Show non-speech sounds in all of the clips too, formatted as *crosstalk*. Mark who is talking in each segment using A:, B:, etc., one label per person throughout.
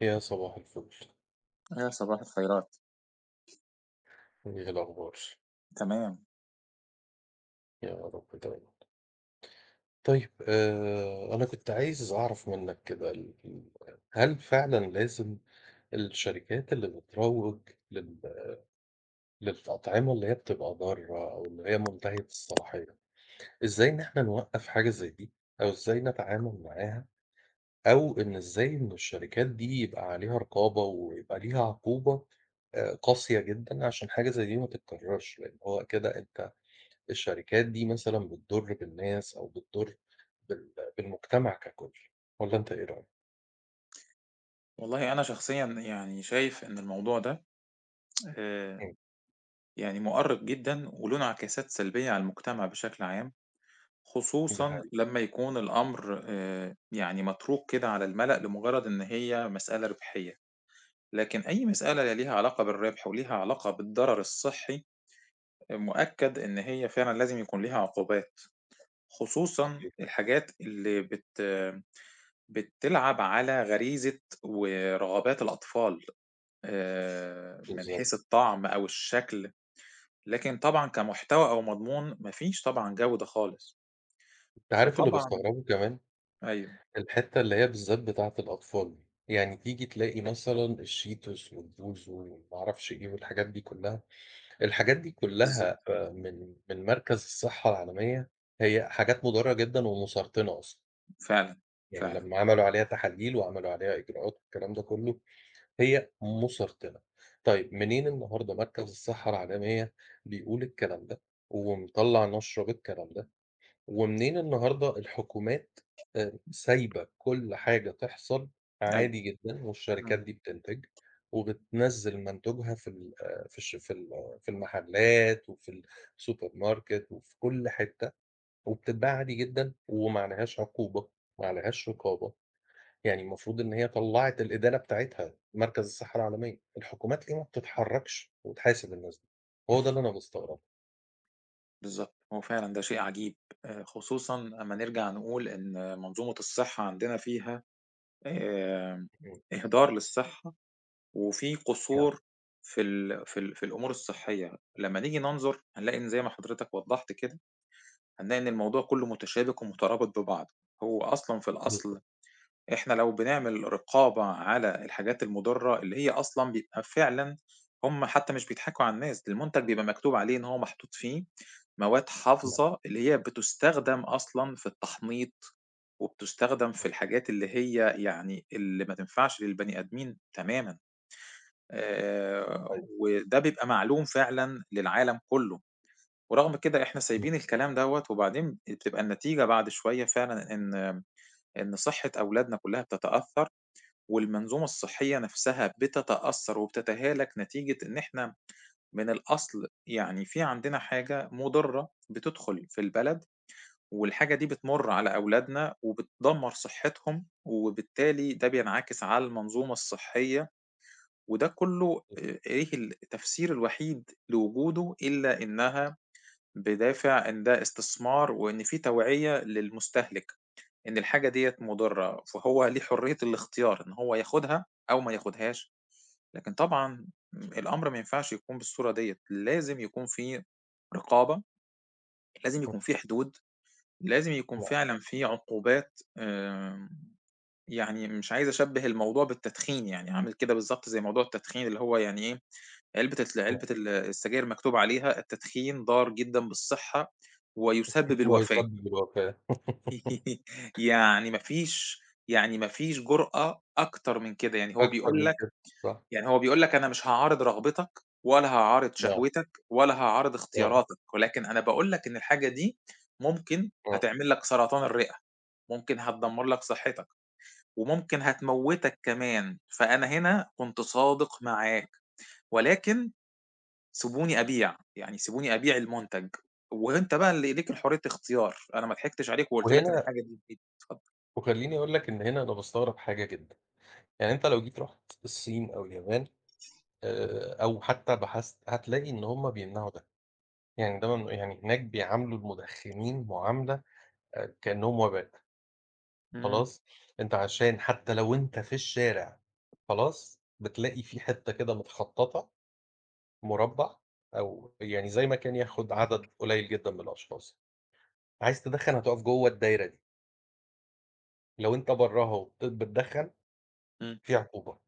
A: يا صباح الفل،
B: يا صباح الخيرات.
A: إيه الأخبار؟
B: تمام.
A: يا رب دايمًا. طيب أنا كنت عايز أعرف منّك كده ال ال هل فعلًا لازم الشركات اللي بتروّج لل للأطعمة اللي هي بتبقى ضارة أو اللي هي منتهية الصلاحية، إزاي إن إحنا نوقّف حاجة زي دي أو إزاي نتعامل معاها أو إن إزاي إن الشركات دي يبقى عليها رقابة ويبقى ليها عقوبة قاسية جدًا عشان حاجة زي دي ما تتكرّرش، لإن هو كده أنت الشركات دي مثلًا بتضُر بالناس أو بتضُر بالمجتمع ككُلّ، والّا أنت إيه رأيك؟
B: والله أنا شخصيًا يعني شايف إن الموضوع ده آآ
A: إمم،
B: يعني مؤرِّق جدًا وله انعكاسات سلبية على المجتمع بشكل عام،
A: ده
B: خصوصًا
A: حقيقي،
B: لمّا يكون الأمر يعني متروك كده على المَلأ لمجرد إن هي مسألة ربحية، لكن أي مسألة لا ليها علاقة بالربح وليها علاقة بالضرر الصحّي، آه، مؤكد إن هي فعلًا لازم يكون ليها عقوبات، خصوصًا
A: صحيح،
B: الحاجات اللي بتلعب على غريزة ورغبات الأطفال من حيث
A: بالضبط.
B: الطعم أو الشكل، لكن طبعًا كمحتوى أو مضمون ما فيش طبعًا جودة خالص،
A: أنت عارف اللي
B: فطبعًا
A: باستغربه كمان؟
B: أيوه.
A: الحتّة اللي هي بالذات بتاعة الأطفال دي، يعني تيجي تلاقي مثلًا الشيتوس والبوز وما أعرفش إيه والحاجات دي كلّها، الحاجات دي
B: بالضبط.
A: كلّها من مركز الصحة العالمية، هي حاجات مُضرّة جدًا ومُسرطنة أصلًا،
B: فعلًا.
A: يعني
B: فعلًا.
A: لمّا عملوا عليها تحاليل وعملوا عليها إجراءات والكلام ده كلّه، هي مسرطنة. طيب منين النهارده مركز الصحة العالمية بيقول الكلام ده، ومطلّع نشرة بالكلام ده، ومنين النهارده الحكومات سايبة كل حاجة تحصل
B: أيوه.
A: عادي جدًا، والشركات
B: اهم.
A: دي بتنتج وبتنزّل منتوجها في ال آه، في الش في ال آه، في المحلات وفي السوبر ماركت وفي كل حتة، وبتتباع عادي جدًا وما عليهاش عقوبة، ما عليهاش رقابة. يعني المفروض إن هي طلّعت الإدانة بتاعتها مركز الصحة العالمية، الحكومات ليه ما بتتحرّكش وتحاسب الناس دي؟ هو ده اللي أنا مستغربه.
B: بالضبط، هو فعلًا ده شيء عجيب، خصوصًا أمّا نرجع نقول إن منظومة الصحة عندنا فيها آآ
A: إمم،
B: إهدار للصحة، وفي
A: نعم،
B: قصور في الأمور الصحية، لمّا نيجي ننظر هنلاقي إن زي ما حضرتك وضّحت كده هنلاقي إن الموضوع كله متشابك ومترابط ببعضه. هو أصلًا في الأصل
A: بالضبط،
B: إحنا لو بنعمل رقابة على الحاجات المضرة اللي هي أصلًا بيبقى فعلًا هم حتى مش بيضحكوا على الناس، المنتج بيبقى مكتوب عليه إن هو محطوط فيه مواد
A: نعم،
B: حافظة اللي هي بتستخدم أصلًا في التحنيط، وبتستخدم في
A: صحيح،
B: الحاجات اللي هي يعني اللي ما تنفعش للبني آدمين تمامًا. آآ
A: صحيح،
B: وده بيبقى معلوم فعلًا للعالم كله. ورغم كده إحنا
A: نعم،
B: سايبين الكلام دوّة، وبعدين بتبقى النتيجة بعد شوية فعلًا إن صحة أولادنا كلّها بتتأثّر، والمنظومة الصحية نفْسها بتتأثّر وبتتهالك نتيجة إن إحنا من الأصل يعني في عندنا حاجة مُضرّة بتدخل في البلد، والحاجة دي بتمُر على أولادنا وبتدمّر صحتهم، وبالتالي ده بينعكس على المنظومة الصحية، وده كلّه إيه التفسير الوحيد لوجوده إلا إنها بدافع إن ده استثمار، وإن في توعية للمستهلك، إن الحاجة ديّة مُضرة، فهو ليه حرية الاختيار إن هو ياخدها أو ما ياخدهاش، لكن طبعًا الأمر ما ينفعش يكون بالصورة ديّة، لازم يكون في رقابة، لازم
A: نعم،
B: يكون في حدود، لازم يكون
A: نعم،
B: فعلًا في عقوبات. يعني مش عايز أشبّه الموضوع بالتدخين، يعني عامل كده بالضبط زي موضوع التدخين اللي هو يعني إيه،
A: نعم،
B: علبة السجاير مكتوب عليها التدخين ضار جدًا بالصحة ويسبب
A: هو
B: الوفاة.
A: يسبب الوفاة *laughs*
B: *laughs* يعني ما فيش يعني ما فيش جرأة أكتر من كده، يعني هو
A: أكتر
B: بيقول
A: من
B: لك
A: كده، صح،
B: يعني هو بيقول لك أنا مش هاعارض رغبتك ولا هاعارض
A: نعم،
B: شهوتك ولا هاعارض
A: نعم،
B: اختياراتك، ولكن أنا باقول لك إن الحاجة دي ممكن
A: نعم،
B: هتعمل لك سرطان الرئة، ممكن هتدمّر لك صحتك، وممكن هتموّتك كمان، فأنا هنا كنت صادق معاك، ولكن سيبوني أبيع، يعني سيبوني أبيع المنتج، وأنت بقى اللي ليك حرية اختيار، أنا ما ضحكتش عليك وقُلت لك إن
A: وهنا
B: الحاجة دي بإيدي. اتفضل.
A: وخلّيني أقول لك إن هنا أنا باستغرب حاجة جدًا، يعني أنت لو جيت رُحت الصين أو اليابان، أو حتى بحثت هتلاقي إن هُم بيمنعوا ده، يعني ده ممنوع يعني هناك بيعاملوا المدخنين معاملة كأنهم وباء.
B: إمم.
A: خلاص، أنت عشان حتى لو أنت في الشارع خلاص، بتلاقي في حتّة كده متخطّطة مربّع أو يعني زي ما كان ياخد عدد قليّل جدًا من الأشخاص، عايز تدخّن هتقف جوّه الدايرة دي، لو أنت برّاها بتدخّن
B: إمم.
A: في عقوبة،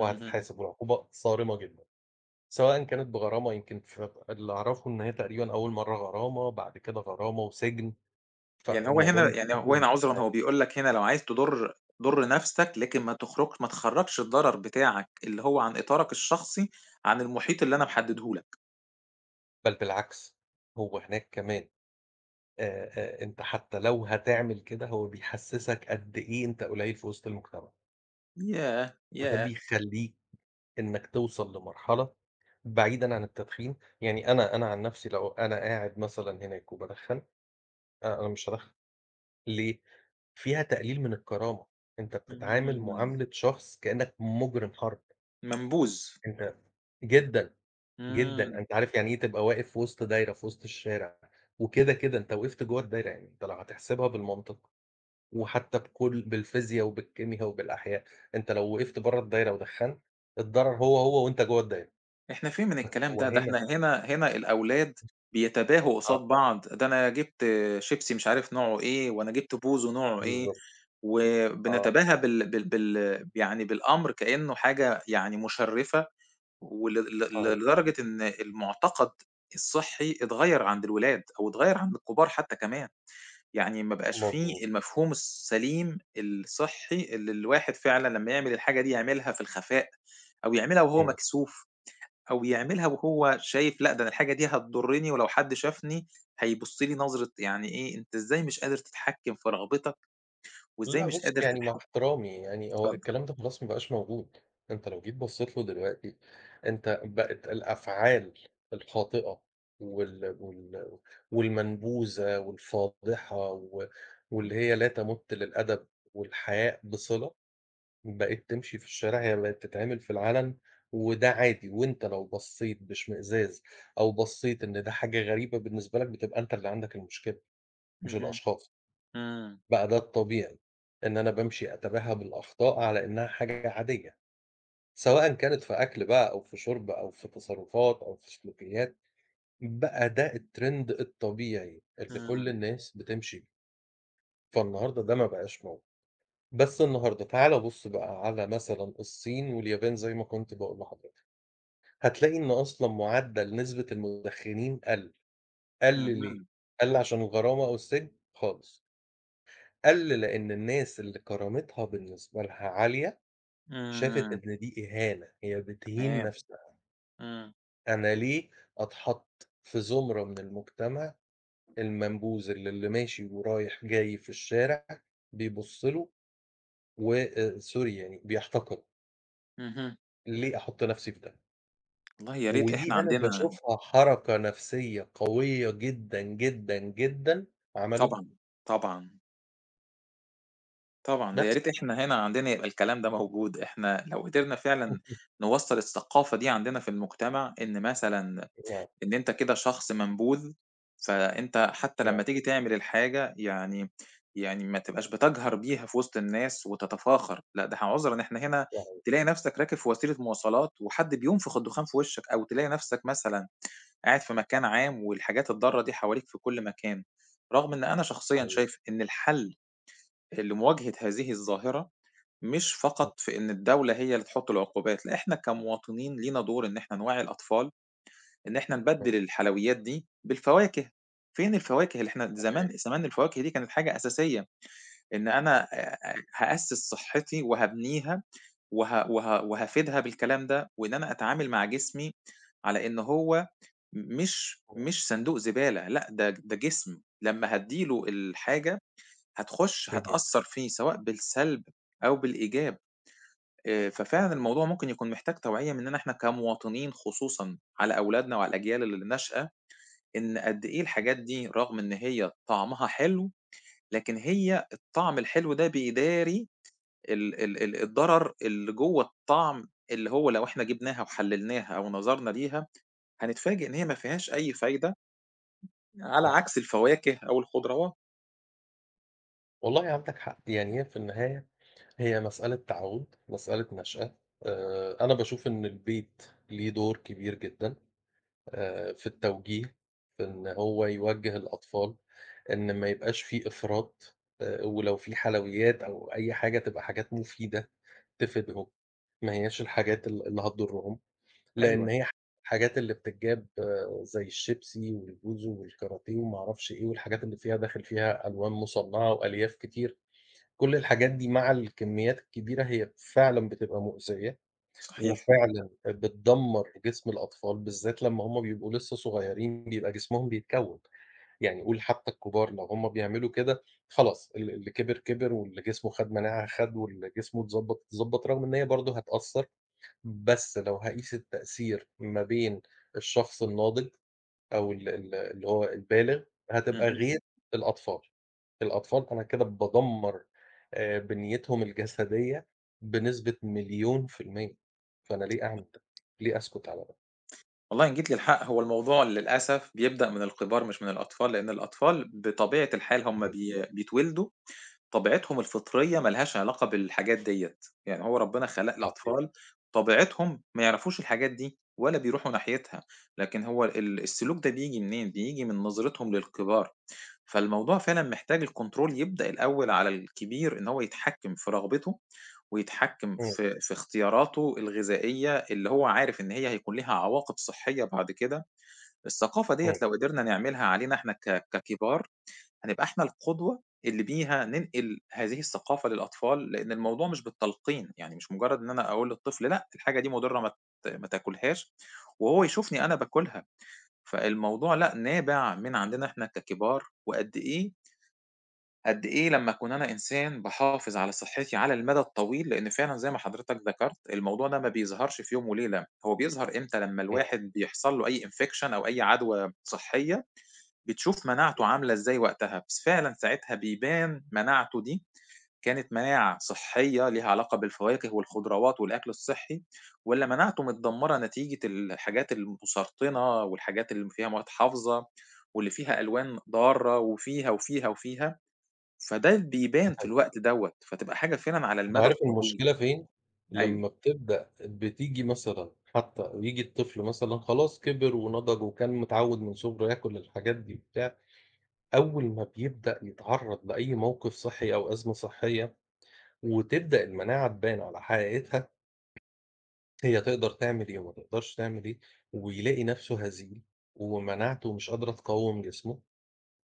B: اهم، اهم.
A: والعقوبة صارمة جدًا، سواء كانت بغرامة يمكن ف اللي أعرفه إن هي تقريبًا أول مرّة غرامة، بعد كده غرامة وسجن،
B: يعني هو
A: فالموضوع
B: هنا
A: مش
B: يعني
A: سهل
B: هو هنا
A: ومش
B: عذرًا
A: سهل.
B: هو بيقول لك هنا لو عايز تضُر ضُر نَفْسك، لكن ما تخرّجش الضرر بتاعك اللي هو عن إطارك الشخصي، عن المحيط اللي أنا محدّده لك.
A: بل بالعكس، هو هناك كمان أنت حتى لو هتعمل كده هو بيحسّسك قد إيه أنت قليّل في وسط المجتمع،
B: ياه!
A: وده
B: ياه!
A: بيخلّيك إنّك توصل لمرحلة بعيدًا عن التدخين، يعني أنا عن نَفْسي لو أنا قاعد مثلًا هناك وبادخّن، أنا مش هادخّن، ليه؟ فيها تقليل من الكرامة، أنت بتتعامل
B: إمم.
A: معاملة شخص كإنّك مُجرم حرب،
B: منبوذ.
A: أنت جدًا، جدًا،
B: إمم.
A: أنت عارف يعني إيه تبقى واقف في وسط دايرة في وسط الشارع، وكده، كده أنت وقفت جوّه الدايرة، يعني أنت لو هتحسبها بالمنطق. وحتى بكل بالفيزيا وبالكيميا وبالأحياء، أنت لو وقفت برّه الدايرة ودخّنت، الضرر هو، هو وأنت جوّه الدايرة،
B: إحنا فين من
A: بس
B: الكلام
A: هو
B: ده؟ ده
A: هنا
B: إحنا هنا الأولاد بيتباهوا قصاد
A: آه،
B: بعض، ده أنا جِبت شيبسي مش عارف نوعه إيه، وأنا جِبت بوزو نوعه إيه،
A: بالضبط، آه،
B: وبنتباهى بال بال بال يعني بالأمر كإنّه حاجة يعني مُشرِّفة ول ل ل
A: صحيح،
B: لدرجة إن المُعتقد الصحّي اتغيّر عند الولاد أو اتغيّر عند الكبار حتّى كمان، يعني ما بقاش في
A: مضبوط،
B: المفهوم السليم الصحّي اللي الواحد فعلًا لمّا يعمل الحاجة دي يعملها في الخفاء أو يعملها وهو
A: إمم.
B: مكسوف أو يعملها وهو شايف لأ، ده أنا الحاجة دي هتضُرّني ولو حد شافني هيبُص لي نظرة يعني إيه، أنت إزاي مش قادر تتحكّم في رغبتك وإزاي
A: لأ
B: مش
A: بُص،
B: قادر
A: يعني مع
B: تتحكّم
A: احترامي يعني هو
B: اتفضّل.
A: الكلام ده خلاص ما بقاش موجود، أنت لو جيت بصّيت له دلوقتي، أنت بقت الأفعال الخاطئة وال وال والمنبوذة والفاضحة و واللي هي لا تمُت للأدب والحياء بصلة بقيت تمشي في الشارع، هي بقت تتعمل في العلن، وده عادي، وأنت لو بصّيت باشمئزاز أو بصّيت إن ده حاجة غريبة بالنسبة لك، بتبقى أنت اللي عندك المشكلة مش
B: اهم.
A: الأشخاص،
B: إمم.
A: بقى ده الطبيعي، إن أنا بامشي أتباهى بالأخطاء على إنها حاجة عادية، سواء كانت في أكل بقى أو في شرب أو في تصرفات أو في سلوكيات، بقى ده الtrend الطبيعي اللي كل
B: إمم.
A: الناس بتمشي بيه، فالنهارده ده ما بقاش موجود، بس النهارده تعالَ بُص بقى على مثلًا الصين واليابان زي ما كنت باقول لحضرتك. هتلاقي إن أصلًا معدل نسبة المدخنين قَل، قَل ليه؟
B: اهم.
A: قَل عشان الغرامة أو السجن؟ خالص، قَل لأن الناس اللي كرامتها بالنسبة لها عالية، شافت
B: إمم.
A: إن دي إهانة، هي بتهين
B: تمام.
A: نفسها،
B: إمم.
A: أنا ليه أتحط في زمرة من المجتمع المنبوذ اللي ماشي ورايح جاي في الشارع بيبُص له و sorry يعني بيحتقره،
B: اهم.
A: ليه أحط نفسي في ده؟
B: والله يا ريت إحنا
A: ودي أنا
B: عندنا
A: باشوفها حركة نفسية قوية جدًا، جدًا، جدًا عملوها
B: طبعًا، طبعًا، طبعًا، ده يا
A: بس.
B: ريت إحنا هنا عندنا يبقى الكلام ده موجود، إحنا لو قدرنا فعلًا
A: *laughs*
B: نوصّل الثقافة دي عندنا في المجتمع، إن مثلًا
A: يعني
B: إن أنت كده شخص منبوذ، فأنت حتى لمّا
A: يعني
B: تيجي تعمل الحاجة يعني يعني ما تبقاش بتجهر بيها في وسط الناس وتتفاخر، لأ ده إحنا عذرًا ان إحنا هنا
A: صحيح،
B: تلاقي نفْسك راكب في وسيلة مواصلات وحد بينفخ الدخان في وشّك، أو تلاقي نفْسك مثلًا قاعد في مكان عام والحاجات الضارة دي حواليك في كل مكان، رغم إن أنا شخصيًا
A: صحيح،
B: شايف إن الحل لمواجهة هذه الظاهرة مش
A: إمم،
B: فقط في إن الدولة هي اللي تحط العقوبات، لأ إحنا كمواطنين لينا دور إن إحنا نوعي الأطفال، إن إحنا
A: إمم،
B: نبدِّل الحلويات دي بالفواكه، فين الفواكه اللي إحنا
A: صحيح،
B: زمان زمان الفواكه دي كانت حاجة أساسية، إن أنا *laughs* هأسِّس صحّتي وهابنيها وه وه وهافيدها بالكلام ده، وإن أنا أتعامل مع جسمي على إن هو مش
A: إمم،
B: مش صندوق زبالة، لأ ده جسم، لمّا هادّي له الحاجة هتخُش
A: اهم،
B: هتأثّر فيه سواء بالسلب أو بالإيجاب، ففعلًا
A: صحيح،
B: الموضوع ممكن يكون محتاج توعية مننا إحنا كمواطنين خصوصًا على أولادنا وعلى الأجيال اللي ناشئة، إن قد إيه
A: إمم،
B: الحاجات دي رغم إن هي طعمها حلو، لكن هي الطعم الحلو ده بيداري ال ال ال الضرر اللي جوّه الطعم، اللي هو لو إحنا جبناها وحلّلناها أو نظرنا ليها، هنتفاجئ إن هي ما فيهاش أي فايدة على
A: إمم.
B: عكس
A: *laughs*
B: الفواكه أو الخضروات،
A: والله عندك حق، يعني هي في النهاية هي مسألة تعوّد، مسألة نشأة، أنا باشوف إن البيت ليه دور كبير جدًا. في التوجيه، في إن هو يوجّه الأطفال، إن ما يبقاش في إفراط، ولو في حلويات أو أي حاجة تبقى حاجات مفيدة تفيدهم، ما هياش الحاجات اللي هتضرهم، لإن
B: أيوه،
A: هي الحاجات اللي بتتجاب آه، زي الشيبسي والبوزو والكاراتيه وما أعرفش إيه، والحاجات اللي فيها داخل فيها ألوان مصنعة وألياف كتير، كل الحاجات دي مع الكميات الكبيرة هي فعلًا بتبقى مؤذية.
B: صحيح،
A: وفعلًا بتدمّر جسم الأطفال، بالذات لمّا هُم بيبقوا لسه صغيرين بيبقى جسمهم بيتكوّن، يعني قُل حتى الكبار لو هُم بيعملوا كده خلاص اللي كبر، كبر واللي جسمه خَد مناعة خَد واللي جسمه اتضبّط، اتضبّط، رغم إن هي برضه هتأثّر، بس لو هاقيس التأثير ما بين الشخص الناضج أو ال ال اللي هو البالغ، هتبقى
B: اهم،
A: غير الأطفال. الأطفال أنا كده بادمّر بنيتهم الجسدية بنسبة مليون في المِيّة، فأنا ليه أعمل ده؟ ليه أسكت على ده؟
B: والله إن جيت للحق هو الموضوع للأسف بيبدأ من الكبار مش من الأطفال، لأن الأطفال بطبيعة الحال هم
A: إمم،
B: بي بيتولدوا طبيعتهم الفطرية ما لهاش علاقة بالحاجات ديّة، يعني هو ربنا خلق
A: صحيح،
B: الأطفال طبيعتهم ما يعرفوش الحاجات دي ولا بيروحوا ناحيتها، لكن هو السلوك ده بييجي منين؟ بييجي من نظرتهم للكبار، فالموضوع فعلًا محتاج الكنترول يبدأ الأول على الكبير إن هو يتحكم في رغبته ويتحكم
A: إمم،
B: في اختياراته الغذائية اللي هو عارف إن هي هيكون ليها عواقب صحية بعد كده، الثقافة ديّة
A: إمم،
B: لو قدرنا نعملها علينا إحنا ك ككبار، هنبقى إحنا القدوة اللي بيها ننقل هذه الثقافة للأطفال، لإن الموضوع مش بالتلقين، يعني مش مجرد إن أنا أقول للطفل لأ، الحاجة دي مضرة ما تاكلهاش، وهو يشوفني أنا باكلها، فالموضوع لأ، نابع من عندنا إحنا ككبار، وقد إيه قد إيه لمّا أكون أنا إنسان باحافظ على صحّتي على المدى الطويل، لإن فعلًا زي ما حضرتك ذكرت، الموضوع ده ما بيظهرش في يوم وليلة، هو بيظهر إمتى؟ لمّا
A: نعم
B: الواحد بيحصل له أي infection أو أي عدوى صحّية، بتشوف مناعته
A: صحيح،
B: عاملة إزاي وقتها، بس فعلًا ساعتها بيبان مناعته دي كانت مناعة صحّية ليها علاقة بالفواكه والخضروات والأكل الصحّي، والّا مناعته متدمّرة نتيجة الحاجات المسرطنة والحاجات اللي فيها مواد حافظة واللي فيها ألوان ضارة وفيها، وفيها، وفيها. فده
A: ده
B: بيبان في
A: حقيقي.
B: الوقت دوّة، فتبقى حاجة فعلًا على
A: أنت
B: المدى
A: عارف
B: الطويل.
A: المشكلة فين؟
B: أيوه.
A: لمّا بتبدأ بتيجي مثلًا حتى ييجي الطفل مثلًا خلاص كبر ونضج وكان متعوّد من صُغره ياكل الحاجات دي وبتاع، أول ما بيبدأ يتعرّض لأي موقف صحّي أو أزمة صحّية وتبدأ المناعة تبان على حقيقتها، هي تقدر تعمل إيه وما تقدرش تعمل إيه، ويلاقي نفسه هزيل، ومناعته مش قادرة تقاوم جسمه،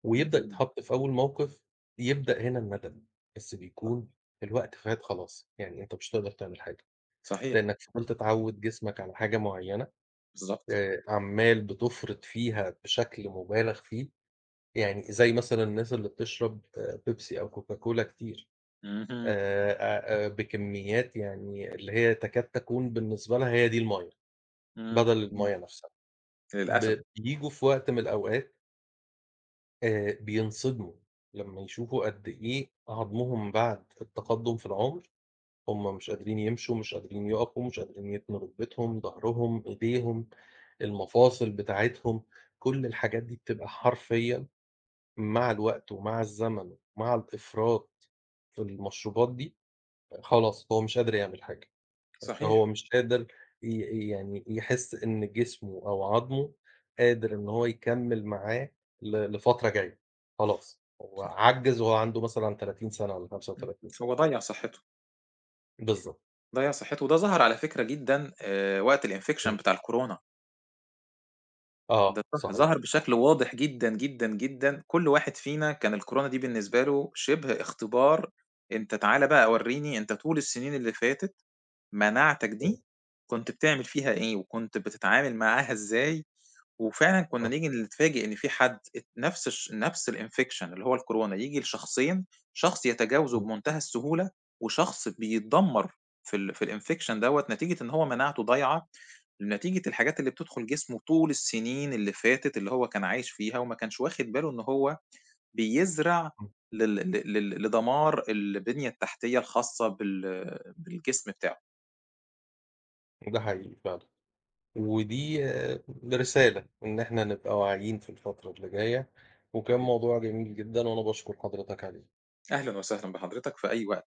A: ويبدأ
B: اهم.
A: يتحط في أول موقف، يبدأ هنا الندم، بس
B: صحيح.
A: بيكون الوقت فات خلاص، يعني أنت مش هتقدر تعمل حاجة،
B: صحيح.
A: لإنك فضلت تعوّد جسمك على حاجة معيّنة،
B: بالضبط.
A: عمّال بتفرط فيها بشكل مبالغ فيه، يعني زي مثلًا الناس اللي بتشرب بيبسي أو كوكاكولا كتير.
B: اهم.
A: آآ بكميات يعني اللي هي تكاد تكون بالنسبة لها هي دي المَيّة،
B: إمم.
A: بدل
B: إمم.
A: المَيّة نفْسها.
B: للأسف.
A: بييجوا في وقت من الأوقات بينصدموا لمّا يشوفوا قد إيه عضمهم بعد التقدُّم في العُمر، هم مش قادرين يمشوا، مش قادرين يقفوا، مش قادرين يتنوا ركبتهم، ضهرهم، إيديهم، المفاصل بتاعتهم، كل الحاجات دي بتبقى حرفيًا مع الوقت ومع الزمن ومع الإفراط في المشروبات دي، خلاص هو مش قادر يعمل حاجة. هو
B: صحيح.
A: مش قادر يعني يحس إن جسمه أو عضمه قادر إن هو يكمّل معاه لفترة جاية، خلاص هو
B: صح.
A: عَجِّز وهو عنده مثلًا 30 سَنة والّا
B: إمم.
A: 35 سَنة،
B: هو ضيّع صحّته،
A: بالضبط،
B: ضيّع صحّته وده ظهر على فكرة جدًا وقت الinfection
A: إمم،
B: بتاع الكورونا. ده
A: آه
B: ظه
A: صحيح،
B: ظهر
A: ده
B: بشكل
A: حقيقي
B: واضح جدًا، جدًا، جدًا. كل واحد فينا كان الكورونا دي بالنسبة له شِبه اختبار، أنت تعالَ بقى ورّيني أنت طول السنين اللي فاتت مناعتك دي كنت بتعمل فيها إيه وكنت بتتعامل معاها إزاي وفعلًا كنا
A: آه،
B: نيجي نتفاجئ إن في حد ات نفس الinfection اللي هو الكورونا ييجي لشخصين، شخص يتجاوزه
A: إمم،
B: بمنتهى السهولة، وشخص بيتدمر في الinfection دوّة نتيجة إن هو مناعته ضايعة، نتيجة الحاجات اللي بتدخل جسمه طول السنين اللي فاتت اللي هو كان عايش فيها وما كانش واخد باله إن هو بيزرع لل ل لل لدمار البنية التحتية الخاصة بالجسم بتاعه.
A: إمم، ده حقيقي فعلًا، ودي آه، رسالة إن إحنا نبقى واعيين في الفترة اللي جاية، وكان
B: صحيح.
A: موضوع جميل جدًا وأنا باشكر حضرتك عليه.
B: أهلًا وسهلًا بحضرتك في أي وقت.